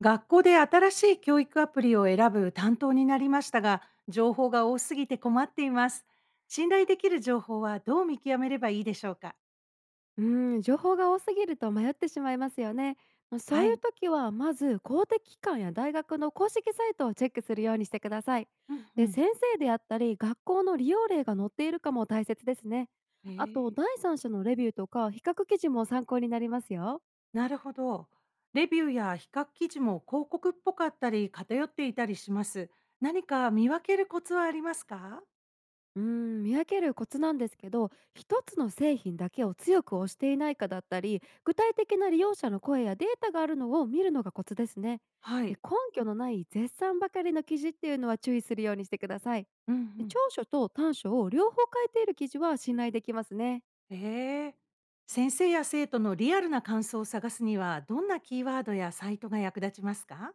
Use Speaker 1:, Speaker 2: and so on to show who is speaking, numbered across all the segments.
Speaker 1: 学校で新しい教育アプリを選ぶ担当になりましたが、情報が多すぎて困っています。信頼できる情報はどう見極めればいいでしょうか？
Speaker 2: 情報が多すぎると迷ってしまいますよね。そう
Speaker 1: は
Speaker 2: いう
Speaker 1: い。
Speaker 2: 時はまず公的機関や大学の公式サイトをチェックするようにしてください。
Speaker 1: うんう
Speaker 2: で、
Speaker 1: ん。
Speaker 2: 先生であったり学校の利用例が載っているかも大切ですね。
Speaker 1: え
Speaker 2: あと、
Speaker 1: ー、
Speaker 2: 第三者のレビューとか比較記事も参考になりますよ。
Speaker 1: なるほど。レビューや比較記事も広告っぽかったり偏っていたりします。何か見分けるコツはありますか？
Speaker 2: 見分けるコツなんですけど、一つの製品だけを強く推していないかだったり、具体的な利用者の声やデータがあるのを見るのがコツですね。
Speaker 1: は
Speaker 2: で、
Speaker 1: い。
Speaker 2: 根拠のない絶賛ばかりの記事っていうのは注意するようにしてください。
Speaker 1: うんう
Speaker 2: で、長
Speaker 1: ん。
Speaker 2: 所と短所を両方書いている記事は信頼できますね。
Speaker 1: えー、先生や生徒のリアルな感想を探すには、どんなキーワードやサイトが役立ちますか？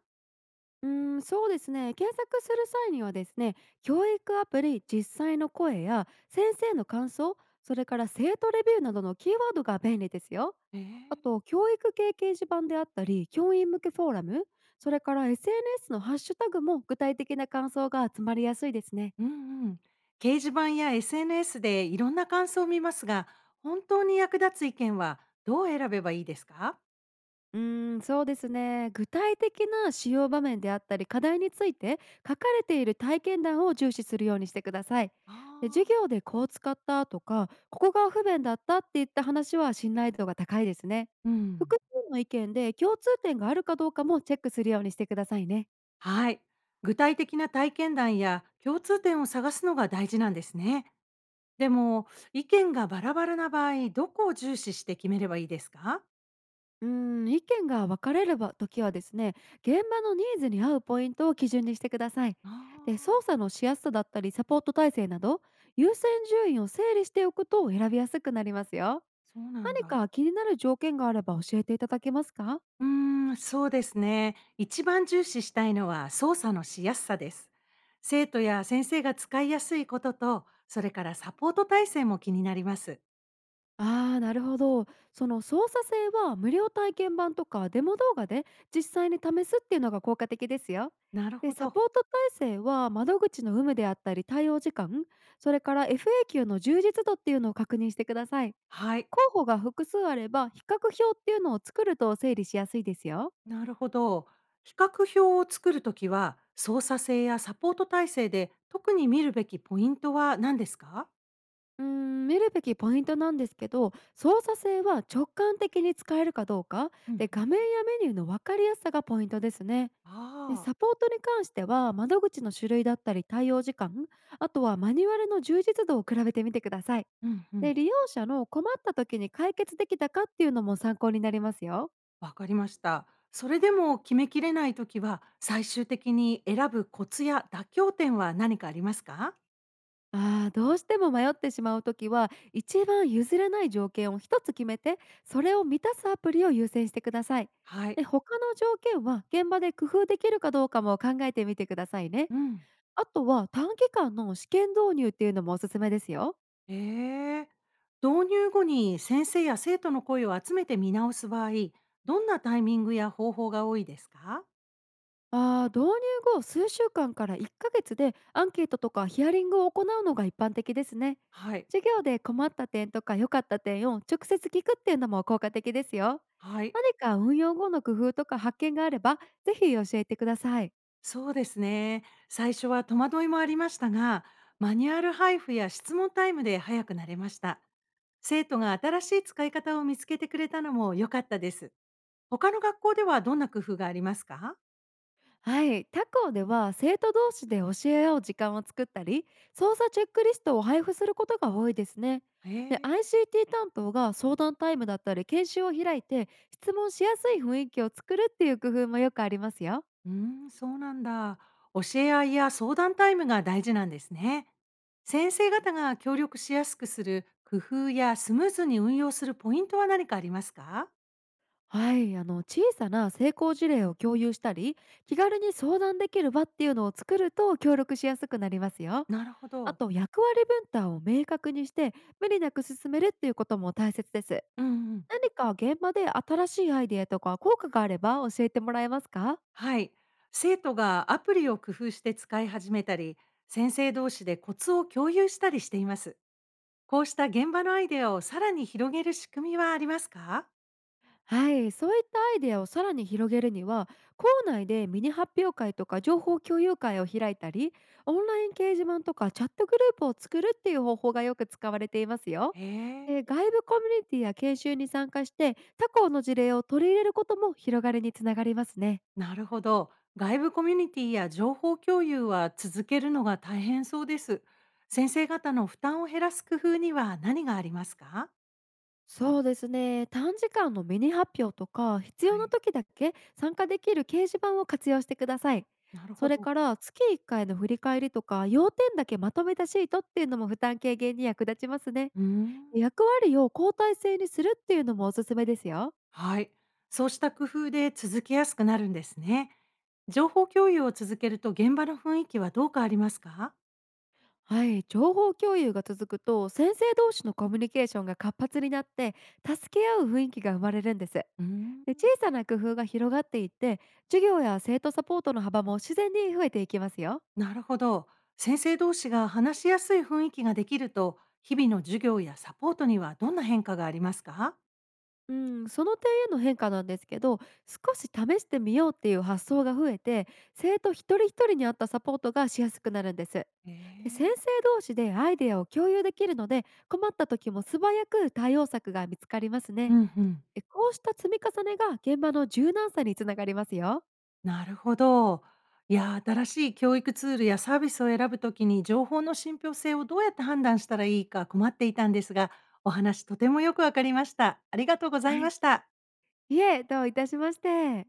Speaker 2: そうですね。検索する際にはですね、教育アプリ実際の声や先生の感想、それから生徒レビューなどのキーワードが便利ですよ。
Speaker 1: え
Speaker 2: あ
Speaker 1: ー
Speaker 2: と、教育系掲示板であったり、教員向けフォーラム、それから SNS のハッシュタグも具体的な感想が集まりやすいですね。
Speaker 1: うんうん。掲示板や SNS でいろんな感想を見ますが、本当に役立つ意見はどう選べばいいですか？
Speaker 2: そうですね。具体的な使用場面であったり課題について書かれている体験談を重視するようにしてください。
Speaker 1: あ
Speaker 2: で、授
Speaker 1: あ、
Speaker 2: 業でこう使ったとか、ここが不便だったっていった話は信頼度が高いですね。
Speaker 1: うん。
Speaker 2: 複数の意見で共通点があるかどうかもチェックするようにしてくださいね。
Speaker 1: はい。具体的な体験談や共通点を探すのが大事なんですね。でも、意見がバラバラな場合、どこを重視して決めればいいですか？
Speaker 2: 意見が分かれるば時はですね、現場のニーズに合うポイントを基準にしてください。
Speaker 1: あ
Speaker 2: で、
Speaker 1: あ
Speaker 2: 操
Speaker 1: ー、
Speaker 2: 作のしやすさだったり、サポート体制など、優先順位を整理しておくと選びやすくなりますよ。
Speaker 1: そうなん
Speaker 2: 何
Speaker 1: だ。
Speaker 2: か気になる条件があれば教えていただけますか？
Speaker 1: うーん、そうですね。一番重視したいのは操作のしやすさです。生徒や先生が使いやすいことと、それからサポート体制も気になります。
Speaker 2: ああ、なるほど。その操作性は無料体験版とかデモ動画で実際に試すっていうのが効果的ですよ。
Speaker 1: なる
Speaker 2: で、
Speaker 1: ほ
Speaker 2: サ
Speaker 1: ど。
Speaker 2: ポート体制は窓口の有無であったり対応時間、それから FAQ の充実度っていうのを確認してください。
Speaker 1: はい。
Speaker 2: 候補が複数あれば比較表っていうのを作ると整理しやすいですよ。
Speaker 1: なるほど。比較表を作るときは、操作性やサポート体制で特に見るべきポイントは何ですか？
Speaker 2: 見るべきポイントなんですけど、操作性は直感的に使えるかどうか、
Speaker 1: うんうん。
Speaker 2: で、画面やメニューの分かりやすさがポイントですね。で、
Speaker 1: あ
Speaker 2: サ
Speaker 1: あ。
Speaker 2: ポートに関しては窓口の種類だったり対応時間、あとはマニュアルの充実度を比べてみてください。
Speaker 1: うんうん。
Speaker 2: で、利用者の困った時に解決できたかっていうのも参考になりますよ。
Speaker 1: わかりました。それでも決めきれないときは、最終的に選ぶコツや妥協点は何かありますか？
Speaker 2: ああ、どうしても迷ってしまうときは、一番譲れない条件を一つ決めて、それを満たすアプリを優先してください。
Speaker 1: はい。
Speaker 2: で、他の条件は現場で工夫できるかどうかも考えてみてくださいね。
Speaker 1: うん。
Speaker 2: あとは短期間の試験導入っていうのもおすすめですよ。
Speaker 1: ええ。導入後に先生や生徒の声を集めて見直す場合、どんなタイミングや方法が多いですか？
Speaker 2: ああ、導入後数週間から1ヶ月でアンケートとかヒアリングを行うのが一般的ですね。
Speaker 1: はい。
Speaker 2: 授業で困った点とか良かった点を直接聞くっていうのも効果的ですよ。
Speaker 1: はい。
Speaker 2: 何か運用後の工夫とか発見があれば、ぜひ教えてください。
Speaker 1: そうですね。最初は戸惑いもありましたが、マニュアル配布や質問タイムで早くなれました。生徒が新しい使い方を見つけてくれたのも良かったです。他の学校ではどんな工夫がありますか？
Speaker 2: はい、他校では生徒同士で教え合う時間を作ったり、操作チェックリストを配布することが多いですね。
Speaker 1: へ
Speaker 2: で、
Speaker 1: え。
Speaker 2: ICT 担当が相談タイムだったり研修を開いて質問しやすい雰囲気を作るっていう工夫もよくありますよ。
Speaker 1: うーん、そうなんだ。教え合いや相談タイムが大事なんですね。先生方が協力しやすくする工夫やスムーズに運用するポイントは何かありますか？
Speaker 2: はい、あの、小さな成功事例を共有したり気軽に相談できる場っていうのを作ると協力しやすくなりますよ。
Speaker 1: なるほ
Speaker 2: あ
Speaker 1: ど。
Speaker 2: と、役割分担を明確にして無理なく進めるっていうことも大切です。
Speaker 1: うんうん。
Speaker 2: 何か現場で新しいアイデアとか効果があれば教えてもらえますか？
Speaker 1: はい。生徒がアプリを工夫して使い始めたり、先生同士でコツを共有したりしています。こうした現場のアイデアをさらに広げる仕組みはありますか？
Speaker 2: はい、そういったアイデアをさらに広げるには、校内でミニ発表会とか情報共有会を開いたり、オンライン掲示板とかチャットグループを作るっていう方法がよく使われていますよ。
Speaker 1: へえ。
Speaker 2: で、外部コミュニティや研修に参加して他校の事例を取り入れることも広がりにつながりますね。
Speaker 1: なるほど。外部コミュニティや情報共有は続けるのが大変そうです。先生方の負担を減らす工夫には何がありますか？
Speaker 2: そうですね、短時間のミニ発表とか必
Speaker 1: は
Speaker 2: 要な
Speaker 1: い、
Speaker 2: 時だけ参加できる掲示板を活用してください。
Speaker 1: なる
Speaker 2: そ
Speaker 1: ほ
Speaker 2: れ
Speaker 1: ど。
Speaker 2: から月1回の振り返りとか要点だけまとめたシートっていうのも負担軽減に役立ちますね。
Speaker 1: うーん。
Speaker 2: 役割を交代制にするっていうのもおすすめですよ。
Speaker 1: はい。そうした工夫で続けやすくなるんですね。情報共有を続けると現場の雰囲気はどう変わりますか？
Speaker 2: はい、情報共有が続くと先生同士のコミュニケーションが活発になって、助け合う雰囲気が生まれるんです。で、
Speaker 1: うーん、
Speaker 2: 小さな工夫が広がっていって、授業や生徒サポートの幅も自然に増えていきますよ。
Speaker 1: なるほど。先生同士が話しやすい雰囲気ができると、日々の授業やサポートにはどんな変化がありますか？
Speaker 2: うん、その点への変化なんですけど、少し試してみようっていう発想が増えて、生徒一人一人に合ったサポートがしやすくなるんです。
Speaker 1: え
Speaker 2: で、先
Speaker 1: ー
Speaker 2: 生同士でアイデアを共有できるので、困った時も素早く対応策が見つかります
Speaker 1: う
Speaker 2: ね。
Speaker 1: んうん。
Speaker 2: で、こうした積み重ねが現場の柔軟さにつながりますよ。
Speaker 1: なるほど。いやー、新しい教育ツールやサービスを選ぶときに情報の信憑性をどうやって判断したらいいか困っていたんですが、お話とてもよくわかりました。ありがとうござ
Speaker 2: は
Speaker 1: いま
Speaker 2: い。
Speaker 1: した。
Speaker 2: いえ、どういたしまして。